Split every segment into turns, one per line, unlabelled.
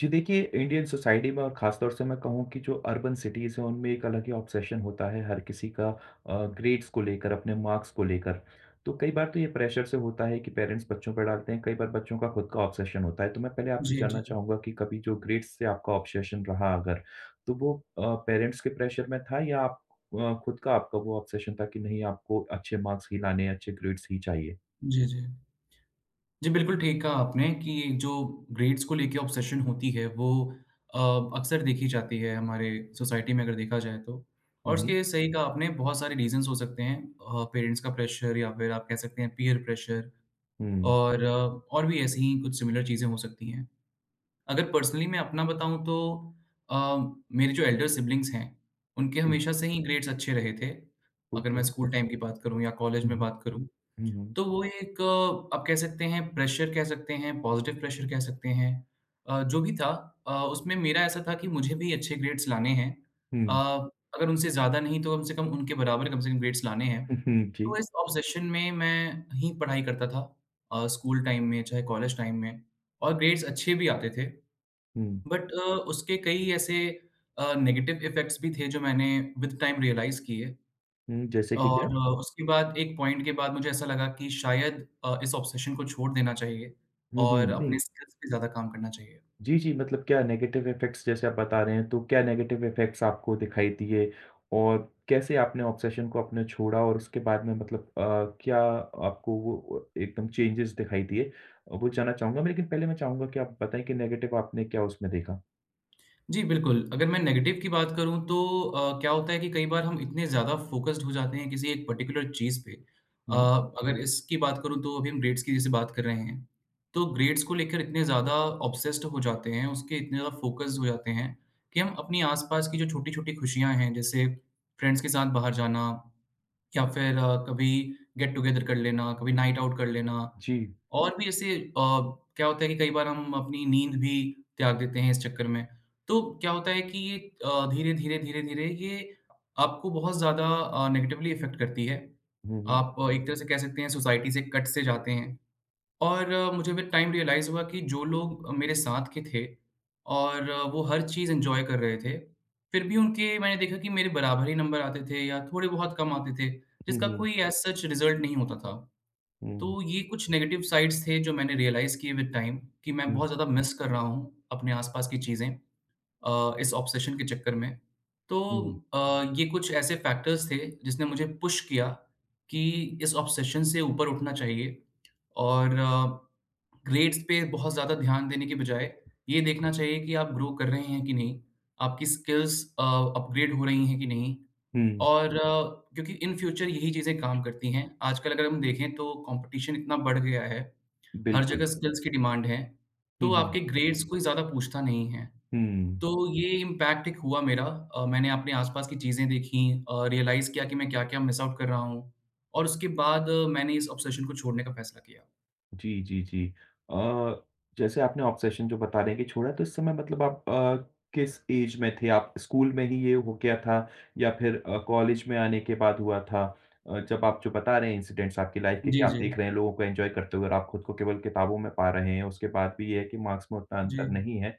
जी देखिए, Indian society में और ख़ासतौर से मैं कहूँ कि जो अर्बन सिटीज़ हैं, उनमें एक अलग ही ऑब्सेशन होता है हर किसी का ग्रेड्स को लेकर, अपने मार्क्स को लेकर। तो कई बार तो ये प्रेशर से होता है कि पेरेंट्स बच्चों पर डालते हैं, कई बार बच्चों का खुद का ऑब्सेशन होता है। तो मैं पहले आपसे
जी,
जानना
जी।
चाहूँगा कि कभी जो ग्रेड्स से आपका ऑब्सेशन रहा अगर, तो वो पेरेंट्स के प्रेशर में था या आप खुद का आपका वो ऑब्सेशन था कि नहीं, आपको अच्छे मार्क्स ही लाने हैं, अच्छे ग्रेड्स ही चाहिए?
जी, जी। जी, बिल्कुल ठीक कहा आपने कि जो ग्रेड्स को लेके ऑब्सेशन होती है वो अ, अक्सर देखी जाती है हमारे सोसाइटी में अगर देखा जाए तो। और
हुँ, हुँ।
उसके सही कहा आपने बहुत सारे रीज़न्स हो सकते हैं, पेरेंट्स का प्रेशर या फिर आप कह सकते हैं पीयर प्रेशर
हुँ।
और और भी ऐसी ही कुछ सिमिलर चीज़ें हो सकती हैं। अगर पर्सनली मैं अपना बताऊँ तो अ, मेरे जो एल्डर सिब्लिंग्स हैं, उनके
जी,
हमेशा से ही ग्रेड्स अच्छे रहे थे। अगर
ओके।
मैं स्कूल टाइम की बात करूँ या कॉलेज
हुँ,
में
हुँ।
बात करूँ।
हुँ, हुँ।
तो वो एक आप कह सकते हैं प्रेशर कह सकते हैं, पॉज़िटिव प्रेशर कह सकते हैं। जो भी था, उसमें मेरा ऐसा था कि मुझे भी अच्छे ग्रेड्स लाने हैं। अ,
हुँ।
अगर उनसे ज़्यादा नहीं तो कम से कम उनके बराबर कम से कम ग्रेड्स लाने हैं। तो
जी।
इस ऑब्सेशन में मैं ही पढ़ाई करता था, स्कूल टाइम में चाहे कॉलेज टाइम में, और ग्रेड्स अच्छे भी आते थे।
हुँ।
बट उसके कई ऐसे नेगेटिव इफ़ेक्ट्स भी थे जो मैंने विद टाइम रियलाइज़ किए।
हुँ, जैसे कि क्या?
और उसके बाद एक पॉइंट के बाद मुझे ऐसा लगा कि शायद इस ऑब्सेशन को छोड़ देना चाहिए
हुँ, हुँ,
और अपने
नहीं।
स्किल्स पे ज़्यादा काम करना चाहिए।
जी, जी, मतलब क्या नेगेटिव इफ़ेक्ट्स जैसे आप बता रहे हैं, तो क्या नेगेटिव इफ़ेक्ट्स आपको दिखाई दिए और कैसे आपने ऑब्सेशन को अपने छोड़ा और उसके बाद में मतलब क्या आपको वो एकदम चेंजेस दिखाई दिए? वो जानना चाहूँगा मैं, लेकिन पहले मैं चाहूँगा कि आप बताएँ कि नेगेटिव आपने क्या उसमें देखा?
जी, बिल्कुल, अगर मैं नेगेटिव की बात करूँ तो क्या होता है कि कई बार हम इतने ज़्यादा फ़ोकस्ड हो जाते हैं किसी एक पर्टिकुलर चीज़ पे। अ,
हुँ,
अगर इसकी बात करूँ तो अभी हम ग्रेड्स की जैसे बात कर रहे हैं, तो ग्रेड्स को लेकर इतने ज़्यादा ऑब्सेस्ड हो जाते हैं, उसके इतने ज़्यादा फ़ोकस्ड हो जाते हैं कि हम अपनी आस-पास की जो छोटी-छोटी खुशियाँ हैं, जैसे फ्रेंड्स के साथ बाहर जाना या फिर कभी गेट टुगेदर कर लेना, कभी नाइट आउट कर लेना
जी।
और भी ऐसे, क्या होता है कि कई बार हम अपनी नींद भी त्याग देते हैं इस चक्कर में। तो क्या होता है कि ये धीरे-धीरे, धीरे-धीरे ये आपको बहुत ज़्यादा नेगेटिवली इफ़ेक्ट करती है।
हुँ, हुँ।
आप एक तरह से कह सकते हैं सोसाइटी से कट से जाते हैं। और मुझे विद टाइम रियलाइज़ हुआ कि जो लोग मेरे साथ के थे और वो हर चीज़ एन्जॉय कर रहे थे, फिर भी उनके मैंने देखा कि मेरे बराबर ही नंबर आते थे या थोड़े बहुत कम आते थे,
हुँ,
जिसका
हुँ।
कोई एज़ सच रिज़ल्ट नहीं होता था।
हुँ,
तो ये कुछ नेगेटिव साइड्स थे जो मैंने रियलाइज़ किए विद टाइम कि मैं
हुँ,
बहुत ज़्यादा मिस कर रहा हूँ अपने आस-पास की चीज़ें, इस ऑब्सेशन के चक्कर में। तो
हुँ,
ये कुछ ऐसे फैक्टर्स थे जिसने मुझे पुश किया कि इस ऑब्सेशन से ऊपर उठना चाहिए और ग्रेड्स पे बहुत ज़्यादा ध्यान देने के बजाय ये देखना चाहिए कि आप ग्रो कर रहे हैं कि नहीं, आपकी स्किल्स अपग्रेड हो रही हैं कि नहीं
हुँ,
और हुँ। क्योंकि इन फ्यूचर यही चीज़ें काम करती हैं। आजकल अगर हम देखें तो कॉम्पिटिशन इतना बढ़ गया है, हर
बिल्कुल।
जगह हुँ। स्किल्स की डिमांड है,
हुँ,
तो
हुँ,
आपके ग्रेड्स कोई ज़्यादा पूछता नहीं है।
हुँ।
तो ये इम्पैक्ट एक हुआ मेरा, मैंने अपने आस-पास की चीज़ें देखी, रियलाइज़ किया कि मैं क्या-क्या मिस आउट कर रहा हूँ और उसके बाद मैंने इस ऑब्सेशन को छोड़ने का फैसला किया।
जी, जी, जी। अ, जैसे आपने ऑब्सेशन जो बता रहे हैं कि छोड़ा तो इस समय मतलब आप किस ऐज में थे? आप स्कूल में ही ये हो गया था या फिर कॉलेज में आने के बाद हुआ था? जब आप जो बता रहे हैं इंसिडेंट्स आपकी लाइफ़ के कि
जी,
आप
जी।
देख रहे हैं लोगों को एन्जॉय करते हुए और आप खुद को केवल किताबों में पा रहे हैं, उसके बाद भी ये है कि मार्क्स में उतना
जी।
अंतर नहीं है।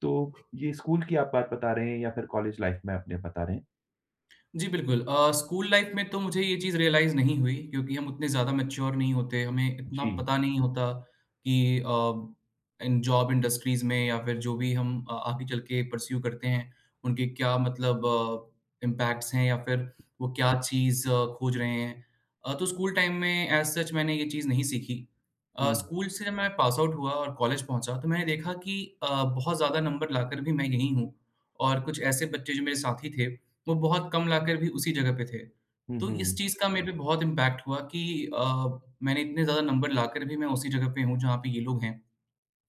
तो ये स्कूल की आप बात बता रहे हैं या फिर कॉलेज लाइफ़ में अपने बता रहे हैं?
जी, बिल्कुल। स्कूल लाइफ़ में तो मुझे ये चीज़ रियलाइज़ नहीं हुई क्योंकि हम उतने ज़्यादा मैच्योर नहीं होते, हमें इतना
जी।
पता नहीं होता कि इन जॉब इंडस्ट्रीज़ में या फिर जो भी हम आगे चल के परस्यू करते हैं, उनके क्या मतलब इम्पैक्ट्स हैं या फिर वो क्या चीज़ खोज रहे हैं। तो स्कूल टाइम में एज़ सच मैंने ये चीज़ नहीं सीखी।
हुँ।
स्कूल से जब मैं पास आउट हुआ और कॉलेज पहुँचा तो मैंने देखा कि बहुत ज़्यादा नंबर लाकर भी मैं यहीं हूँ और कुछ ऐसे बच्चे जो मेरे साथी थे वो बहुत कम लाकर भी उसी जगह पे थे।
हुँ,
तो इस
हुँ।
चीज़ का मेरे पे बहुत इम्पैक्ट हुआ कि मैंने इतने ज़्यादा नंबर लाकर भी मैं उसी जगह पे हूँ जहाँ पे ये लोग हैं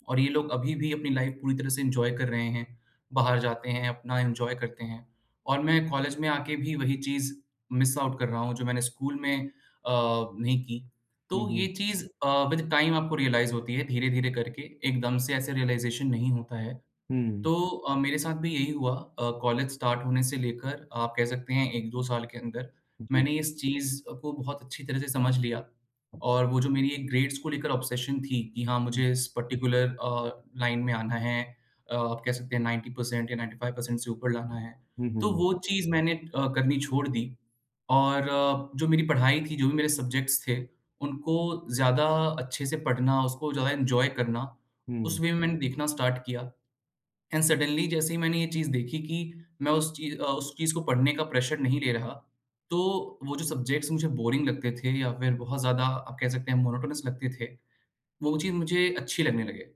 और ये लोग अभी भी अपनी लाइफ़ पूरी तरह से एन्जॉय कर रहे हैं। बाहर जाते हैं, अपना एन्जॉय करते हैं और मैं कॉलेज में आके भी वही चीज़ मिस आउट कर रहा हूँ जो मैंने स्कूल में नहीं की।
हुँ,
तो ये
हुँ।
चीज़ विद टाइम आपको रियलाइज़ होती है धीरे-धीरे करके, एकदम से ऐसे रियलाइज़ेशन नहीं होता है।
हुँ।
तो मेरे साथ भी यही हुआ, कॉलेज स्टार्ट होने से लेकर आप कह सकते हैं 1-2 साल के अंदर
जी।
मैंने इस चीज़ को बहुत अच्छी तरह से समझ लिया और वो जो मेरी एक ग्रेड्स को लेकर ऑब्सेशन थी कि हाँ,
हुँ।
मुझे इस पर्टिकुलर लाइन में आना है, आप कह सकते हैं 90% या 95% से ऊपर लाना है,
हुँ,
तो
हुँ।
वो चीज़ मैंने करनी छोड़ दी और जो मेरी पढ़ाई थी, जो भी मेरे सब्जेक्ट्स थे, उनको ज़्यादा अच्छे से पढ़ना, उसको ज़्यादा एन्जॉय करना,
हुँ।
उस वे में मैंने देखना स्टार्ट किया। एंड सडनली जैसे ही मैंने ये चीज़ देखी कि मैं उस चीज़ को पढ़ने का प्रेशर नहीं ले रहा, तो वो जो सब्जेक्ट्स मुझे बोरिंग लगते थे या फिर बहुत ज़्यादा आप कह सकते हैं मोनोटोनस लगते थे, वो चीज़ मुझे अच्छी लगने लगे।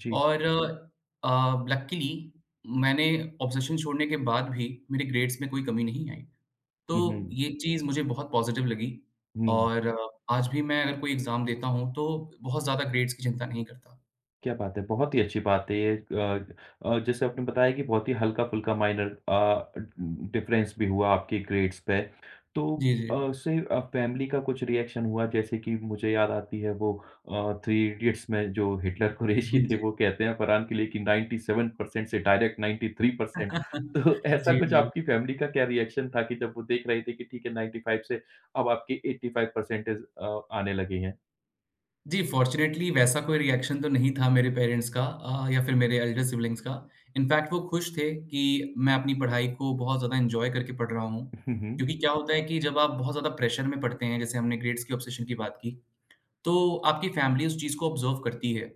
जी।
और लकीली मैंने ऑब्सेशन छोड़ने के बाद भी मेरे ग्रेड्स में कोई कमी नहीं आई।
हुँ,
तो
हुँ।
ये चीज़ मुझे बहुत पॉज़िटिव लगी
हुँ।
और आज भी मैं अगर कोई एग्ज़ाम देता हूँ, तो बहुत ज़्यादा ग्रेड्स की चिंता नहीं करता।
क्या बात है! बहुत ही अच्छी बात है ये जैसे आपने बताया कि बहुत ही हल्का-फुल्का माइनर डिफरेंस भी हुआ आपके ग्रेड्स पे। तो
जी, जी।
फैमिली का कुछ रिएक्शन हुआ जैसे कि मुझे याद आती है वो थ्री इडियट्स में जो हिटलर
जी,
कुरैशी थे
जी।
वो कहते हैं फरहान के लिए कि 97% से डायरेक्ट 93%। तो ऐसा
जी,
कुछ
जी।
आपकी फैमिली का क्या रिएक्शन था कि जब वो देख रहे थे कि ठीक है 95 से अब आपके 85 परसेंटेज आने लगे हैं?
जी, फ़ॉर्च्युनेटली वैसा कोई रिएक्शन तो नहीं था मेरे पेरेंट्स का या फिर मेरे एल्डर सिब्लिंग्स का। इनफैक्ट वो खुश थे कि मैं अपनी पढ़ाई को बहुत ज़्यादा एन्जॉय करके पढ़ रहा हूँ।
हुँ, हुँ।
क्योंकि क्या होता है कि जब आप बहुत ज़्यादा प्रेशर में पढ़ते हैं, जैसे हमने ग्रेड्स की ऑब्सेशन की बात की, तो आपकी फ़ैमिली उस चीज़ को ऑब्ज़र्व करती है।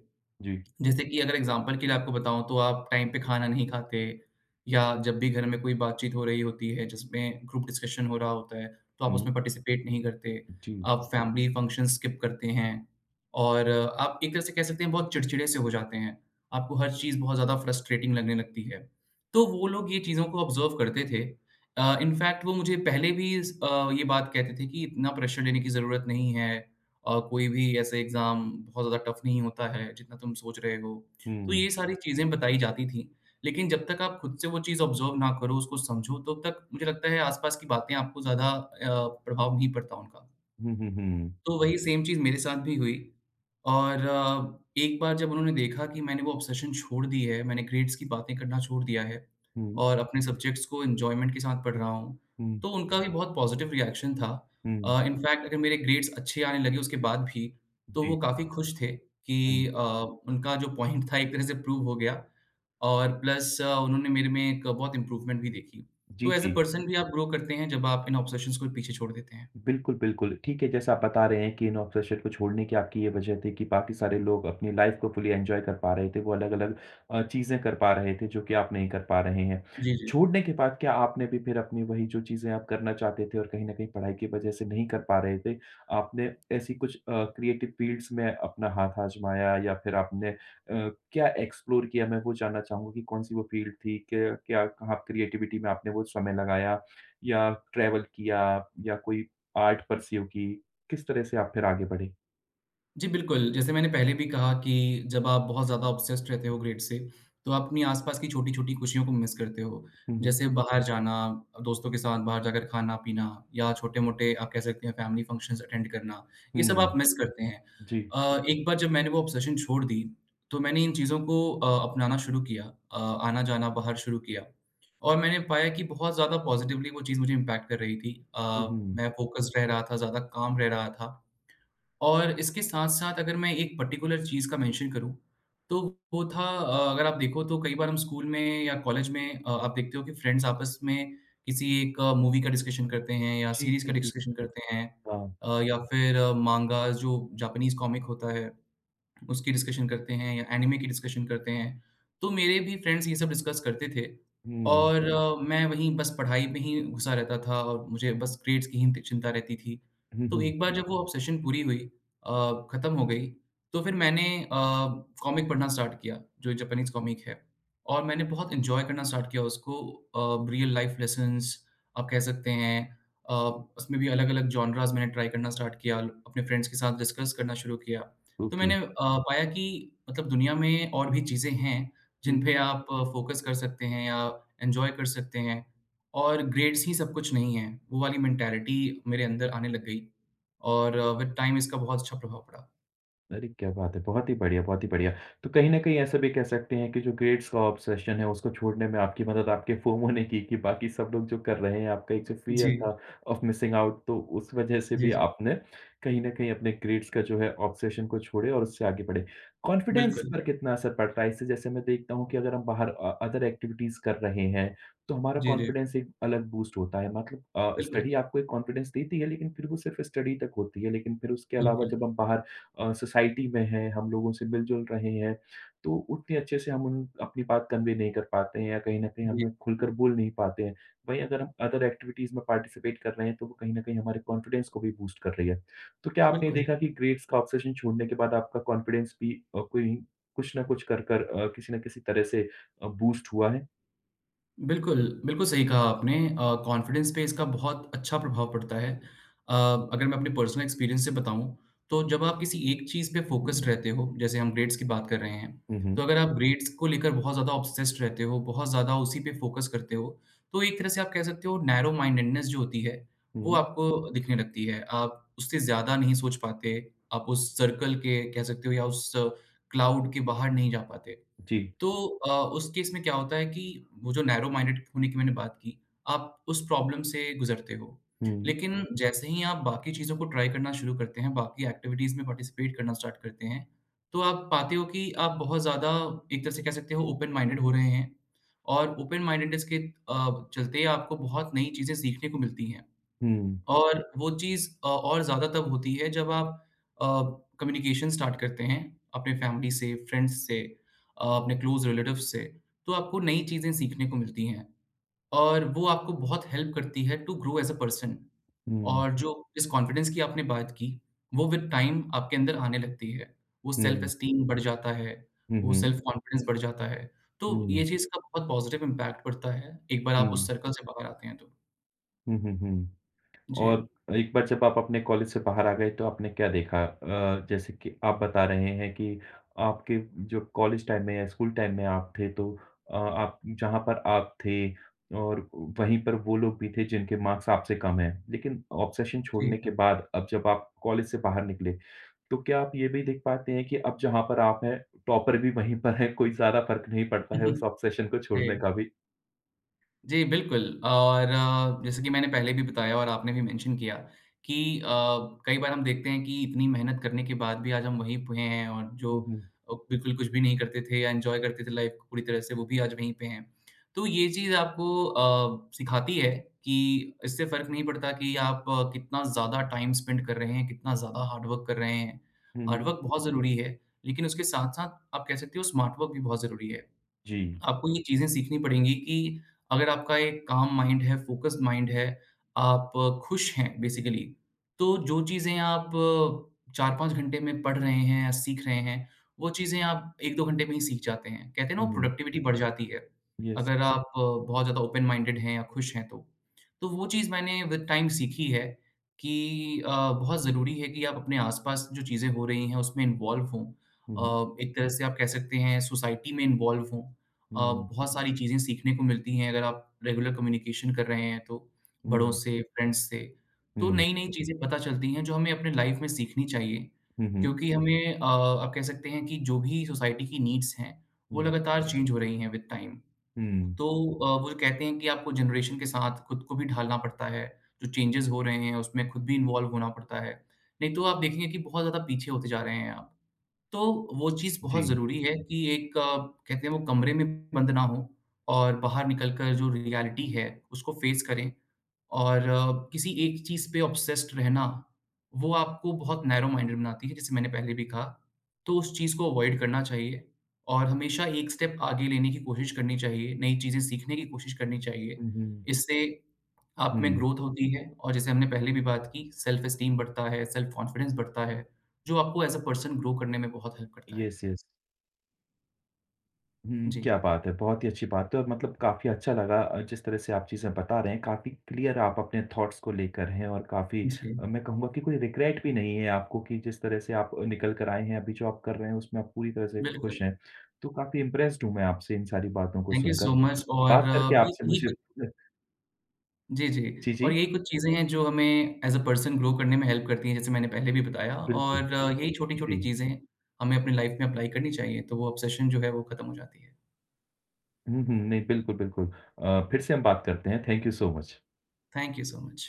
जी।
जैसे कि अगर एग्ज़ाम्पल के लिए आपको बताऊँ तो आप टाइम पे खाना नहीं खाते या जब भी घर में कोई बातचीत हो रही होती है जिसमें ग्रुप डिस्कशन हो रहा होता है, तो आप उसमें
हुँ।
पार्टिसिपेट नहीं करते।
जी।
आप फैमिली फंक्शन स्किप करते हैं और आप एक तरह से कह सकते हैं बहुत चिड़चिड़े से हो जाते हैं। आपको हर चीज़ बहुत ज़्यादा फ्रस्ट्रेटिंग लगने लगती है। तो वो लोग ये चीज़ों को ऑब्ज़र्व करते थे। इनफैक्ट वो मुझे पहले भी ये बात कहते थे कि इतना प्रेशर लेने की ज़रूरत नहीं है। कोई भी ऐसे एग्ज़ाम बहुत ज़्यादा टफ नहीं होता है, जितना तुम सोच रहे हो। तो ये
हुँ।
सारी चीज़ें बताई जाती थी, लेकिन जब तक आप खुद से वो चीज़ ऑब्ज़र्व ना करो, उसको समझो, तब तक मुझे लगता है आस-पास की बातें आपको ज़्यादा प्रभाव नहीं पड़ता उनका।
हुँ, हुँ, हुँ।
तो वही सेम चीज़ मेरे साथ भी हुई और एक बार जब उन्होंने देखा कि मैंने वो ऑब्सेशन छोड़ दी है, मैंने ग्रेड्स की बातें करना छोड़ दिया है
हुँ,
और अपने सब्जेक्ट्स को एन्जॉयमेंट के साथ पढ़ रहा हूँ,
हुँ,
तो उनका भी बहुत पॉज़िटिव रिएक्शन था।
हुँ।
इनफैक्ट अगर मेरे ग्रेड्स अच्छे आने लगे उसके बाद भी, तो वो
जी,
काफ़ी खुश थे कि
हुँ।
उनका जो पॉइंट था एक तरह से प्रूव हो गया और प्लस उन्होंने मेरे में एक बहुत इम्प्रूवमेंट भी देखी।
जी,
तो एज़ अ
जी।
पर्सन भी आप ग्रो करते हैं जब आप इन ऑब्सेशंस को पीछे छोड़ देते हैं।
बिल्कुल, बिल्कुल। ठीक है, जैसा आप बता रहे हैं कि इन ऑब्सेशन को छोड़ने की आपकी ये वजह थी कि बाकी सारे लोग अपनी लाइफ़ को फुली एन्जॉय कर पा रहे थे। वो अलग-अलग चीज़ें कर पा रहे थे, जो कि आप नहीं कर पा रहे हैं।
जी, जी।
छोड़ने के बाद क्या आपने भी फिर अपनी वही जो चीज़ें आप करना चाहते थे और कहीं न कहीं पढ़ाई की वजह से नहीं कर पा रहे थे, आपने ऐसी कुछ क्रिएटिव फ़ील्ड्स में अपना हाथ आज़माया या फिर आपने क्या एक्सप्लोर किया? मैं वो जानना चाहूँगा कि कौन-सी वो फ़ील्ड थी? क्या क्या कहाँ क्रिएटिविटी में आपने वो समय लगाया या ट्रैवल किया या कोई आर्ट परस्यू की, किस तरह से आप फिर आगे बढ़े?
जी, बिल्कुल। जैसे मैंने पहले भी कहा कि जब आप बहुत ज़्यादा ऑब्सेस्ड रहते हो ग्रेड से, तो आप अपनी आसपास की छोटी-छोटी खुशियों को मिस करते हो।
हुँ, हुँ।
जैसे बाहर जाना, दोस्तों के साथ बाहर जाकर खाना-पीना या छोटे-मोटे आप कह सकते हैं फैमिली फंक्शंस अटेंड करना, ये सब
हुँ,
आप मिस करते हैं।
जी।
एक बार जब मैंने वो ऑब्सेशन छोड़ दी, तो मैंने इन चीज़ों को अपनाना शुरू किया, अ, आना-जाना बाहर शुरू किया और मैंने पाया कि बहुत ज़्यादा पॉज़िटिवली वो चीज़ मुझे इम्पैक्ट कर रही थी।
हुँ, हुँ।
मैं फ़ोकस्ड रह रहा था, ज़्यादा काम रह रहा था और इसके साथ-साथ अगर मैं एक पर्टिकुलर चीज़ का मेंशन करूँ, तो वो था, अगर आप देखो तो कई बार हम स्कूल में या कॉलेज में आप देखते हो कि फ्रेंड्स आपस में किसी एक मूवी का डिस्कशन करते हैं या
जी,
सीरीज़ का
जी, जी।
डिस्कशन करते हैं,
हाँ।
या फिर मांगास जो जापानीज़ कॉमिक होता है। उसकी डिस्कशन करते हैं या एनिमे की डिस्कशन करते हैं। तो मेरे भी फ्रेंड्स ये सब डिस्कस करते थे
हुँ।
और मैं वहीं बस पढ़ाई में ही घुसा रहता था और मुझे बस ग्रेड्स की ही चिंता रहती थी।
हुँ,
तो
हुँ।
एक बार जब हुँ। वो ऑब्सेशन पूरी हुई, अ, खत्म हो गई, तो फिर मैंने कॉमिक पढ़ना स्टार्ट किया, जो जापानीज़ कॉमिक है, और मैंने बहुत एन्जॉय करना स्टार्ट किया उसको। रियल लाइफ लेसन्स आप कह सकते हैं। अ, उसमें भी अलग-अलग जॉनरास मैंने ट्राई करना स्टार्ट किया, अपने फ्रेंड्स के साथ डिस्कस करना शुरू किया। तो
ओके।
मैंने पाया कि मतलब दुनिया में और भी चीज़ें हैं, जिन
हुँ।
पे आप फ़ोकस कर सकते हैं या एन्जॉय कर सकते हैं और ग्रेड्स ही सब कुछ नहीं है। वो वाली मेंटालिटी मेरे अंदर आने लग गई और विद टाइम इसका बहुत अच्छा प्रभाव पड़ा।
अरे क्या बात है! बहुत ही बढ़िया, बहुत ही बढ़िया। तो कहीं न कहीं ऐसा भी कह सकते हैं कि जो ग्रेड्स का ऑब्सेशन है उसको छोड़ने में आपकी मदद आपके FOMO ने की कि बाकी सब लोग जो कर रहे हैं, आपका एक जो फ़ियर
जी,
था ऑफ मिसिंग आउट तो उस वजह से
जी,
भी
जी।
आपने कहीं न कहीं अपने ग्रेड्स का जो है ऑब्सेशन को छोड़े और उससे आगे बढ़े। कॉन्फिडेंस
बिल्कुल।
पर कितना असर पड़ता है? इससे जैसे मैं देखता हूँ कि अगर हम बाहर अदर एक्टिविटीज़ कर रहे हैं, तो हमारा
जी, जी।
कॉन्फिडेंस एक अलग बूस्ट होता है। मतलब
बिल्कुल,
स्टडी आपको एक कॉन्फिडेंस देती है लेकिन फिर वो सिर्फ़ स्टडी तक होती है। लेकिन फिर उसके अलावा
बिल्कुल।
जब हम बाहर सोसाइटी में हैं, हम लोगों से मिल-जुल रहे हैं, तो उतने अच्छे से हम उन अपनी बात कन्वे नहीं कर पाते हैं या कहीं न कहीं
जी,
हम खुलकर बोल नहीं पाते हैं। वहीं अगर हम अदर एक्टिविटीज़ में पार्टिसिपेट कर रहे हैं, तो वो कहीं न कहीं हमारे कॉन्फिडेंस को भी बूस्ट कर रही है। तो क्या आपने
बिल्कुल।
देखा कि ग्रेड्स का ऑब्सेशन छोड़ने के बाद आपका कॉन्फिडेंस भी कोई कुछ ना कुछ कर कर किसी न किसी तरह से बूस्ट हुआ है?
बिल्कुल, बिल्कुल सही कहा आपने। कॉन्फिडेंस पे इसका बहुत अच्छा प्रभाव पड़ता है। अ, अगर मैं अपने पर्सनल एक्सपीरियंस से बताऊँ, तो जब आप किसी एक चीज़ पे फोकस्ड रहते हो, जैसे हम ग्रेड्स की बात कर रहे हैं,
हुँ,
तो
हुँ।
अगर आप हुँ। ग्रेड्स को लेकर बहुत ज़्यादा ऑब्सेस्ड रहते हो, बहुत ज़्यादा उसी पे फोकस करते हो, तो एक तरह से आप कह सकते हो नैरो माइंडेडनेस जो होती है, वो
हुँ।
आपको दिखने लगती है। आप उससे ज़्यादा नहीं सोच पाते, आप उस सर्कल के कह सकते हो या उस क्लाउड के बाहर नहीं जा पाते।
जी।
तो उस केस में क्या होता है कि वो जो नैरो माइंडेड होने की मैंने बात की, आप उस प्रॉब्लम से गुज़रते हो।
हुँ।
लेकिन हुँ। जैसे ही आप बाकी चीज़ों को ट्राई करना शुरू करते हैं, बाकी एक्टिविटीज़ में पार्टिसिपेट करना स्टार्ट करते हैं, तो आप पाते हो कि आप बहुत ज़्यादा एक तरह से कह सकते हो ओपन माइंडेड हो रहे हैं और ओपन माइंडेडनेस के चलते आपको बहुत नई चीज़ें सीखने को मिलती हैं।
हुँ।
और वो चीज़ और ज़्यादा तब होती है जब आप अ, कम्युनिकेशन स्टार्ट करते हैं अपने फैमिली से, फ्रेंड्स से, अपने क्लोज़ रिलेटिव्स से, तो आपको नई चीज़ें सीखने को मिलती हैं और वो आपको बहुत हेल्प करती है to grow as a person.
हुँ।
और जो जिस कॉन्फिडेंस की आपने बात की, वो विद टाइम आपके अंदर आने लगती है। वो सेल्फ
हुँ।
एस्टीम बढ़ जाता है,
हुँ,
वो
हुँ।
सेल्फ कॉन्फिडेंस बढ़ जाता है, तो
हुँ।
ये चीज़ का बहुत पॉज़िटिव इम्पैक्ट पड़ता है, एक बार आप उस
हुँ।
सर्कल से बाहर आते हैं तो।
हुँ, हुँ, हुँ।
जी,
और एक बार जब आप अपने कॉलेज से बाहर आ गए तो आपने क्या देखा? जैसे कि आप बता रहे हैं कि आपके जो कॉलेज टाइम में या स्कूल टाइम में आप थे तो आप जहाँ पर आप थे और वहीं पर वो लोग भी थे जिनके मार्क्स आपसे कम हैं। लेकिन ऑब्सेशन
जी।
छोड़ने के बाद अब जब आप कॉलेज से बाहर निकले, तो क्या आप ये भी देख पाते हैं कि अब जहाँ पर आप हैं, टॉपर भी वहीं पर है, कोई ज़्यादा फ़र्क नहीं पड़ता है उस ऑब्सेशन को छोड़ने
जी।
का भी?
जी, बिल्कुल। और जैसे कि मैंने पहले भी बताया और आपने भी मेंशन किया कि कई बार हम देखते हैं कि इतनी मेहनत करने के बाद भी आज हम वहीं पे हैं और जो
हुँ, हुँ।
बिल्कुल कुछ भी नहीं करते थे या एन्जॉय करते थे लाइफ़ को पूरी तरह से, वो भी आज वहीं पे हैं। तो ये चीज़ आपको सिखाती है कि इससे फ़र्क नहीं पड़ता कि आप कितना ज़्यादा टाइम स्पेंड कर रहे हैं, कितना ज़्यादा हार्ड वर्क कर रहे हैं।
हुँ,
हार्ड
हुँ।
वर्क बहुत ज़रूरी है, लेकिन उसके साथ-साथ आप कह सकते हो स्मार्ट वर्क भी बहुत ज़रूरी है।
जी।
आपको ये चीज़ें सीखनी पड़ेंगी कि अगर आपका एक काम माइंड है, फ़ोकस्ड माइंड है, आप खुश हैं बेसिकली, तो जो चीज़ें आप 4-5 घंटे में पढ़ रहे हैं या सीख रहे हैं, वो चीज़ें आप 1-2 घंटे में ही सीख जाते हैं। कहते हैं ना
हुँ,
वो
हुँ।
प्रोडक्टिविटी बढ़ जाती है,
यस।
अगर आप बहुत ज़्यादा ओपन माइंडेड हैं या खुश हैं तो। तो वो चीज़ मैंने विद टाइम सीखी है कि बहुत ज़रूरी है कि आप अपने आस-पास जो चीज़ें हो रही हैं, उसमें इन्वॉल्व हों।
हुँ, हुँ।
एक तरह से आप कह सकते हैं सोसाइटी में इन्वॉल्व हों। अ,
हुँ।
बहुत सारी चीज़ें सीखने को मिलती हैं अगर आप रेगुलर कम्युनिकेशन कर रहे हैं तो बड़ों
हुँ,
से, फ्रेंड्स से। तो
हुँ,
नई-नई चीज़ें पता चलती हैं जो हमें अपने लाइफ़ में सीखनी चाहिए,
हुँ, हुँ,
क्योंकि हमें आप कह सकते हैं कि जो भी सोसाइटी की नीड्स हैं, वो
हुँ,
लगातार चेंज हो रही हैं विद टाइम।
हुँ,
तो वो जो कहते हैं कि आपको जनरेशन के साथ खुद को भी ढालना पड़ता है, जो चेंजेज़ हो रहे हैं उसमें खुद भी इन्वॉल्व होना पड़ता है। नहीं तो आप देखेंगे कि बहुत ज़्यादा पीछे होते जा रहे हैं आप। तो वो चीज़ बहुत
जी,
ज़रूरी है कि एक कहते हैं वो कमरे में बंद ना हो और बाहर निकल कर जो रियलिटी है उसको फ़ेस करें और किसी एक चीज़ पे ऑब्सेस्ड रहना, वो आपको बहुत नैरो माइंडेड बनाती है, जैसे मैंने पहले भी कहा। तो उस चीज़ को अवॉइड करना चाहिए और हमेशा एक स्टेप आगे लेने की कोशिश करनी चाहिए, नई चीज़ें सीखने की कोशिश करनी चाहिए।
हुँ, हुँ,
इससे आप में
हुँ,
ग्रोथ होती है और जैसे हमने पहले भी बात की, सेल्फ एस्टीम बढ़ता है, सेल्फ कॉन्फिडेंस बढ़ता है, जो आपको एज़ अ पर्सन ग्रो करने में बहुत हेल्प करता है।
Yes, yes. हुँ,
जी,
क्या बात है! बहुत ही अच्छी बात है और मतलब काफ़ी अच्छा लगा जिस तरह से आप चीज़ें बता रहे हैं, काफ़ी क्लियर आप अपने थॉट्स को लेकर हैं और काफ़ी
जी।
मैं कहूँगा कि कोई रिग्रेट भी नहीं है आपको कि जिस तरह से आप निकल कर आए हैं, अभी जो आप कर रहे हैं, उसमें आप पूरी तरह से
बिल्कुल।
खुश हैं। तो काफ़ी इम्प्रेस्ड हूँ मैं आपसे इन सारी बातों को
थैंक यू सो
सुनकर।
मच। और
बात करके
ये
आपसे
यही
मुझे
कुछ जी, जी।
जी,
और
जी,
यही कुछ चीज़ें हैं जो हमें एज़ अ पर्सन ग्रो करने में हेल्प करती हैं, जैसे मैंने पहले भी बताया।
बिल्कुल,
और जी। यही छोटी-छोटी
जी।
चीज़ें हमें अपनी लाइफ़ में अप्लाई करनी चाहिए, तो वो ऑब्सेशन जो है वो खत्म हो जाती है।
हुँ, हुँ। नहीं, बिल्कुल, बिल्कुल। फिर से हम बात करते हैं। Thank you so much.
Thank you so much.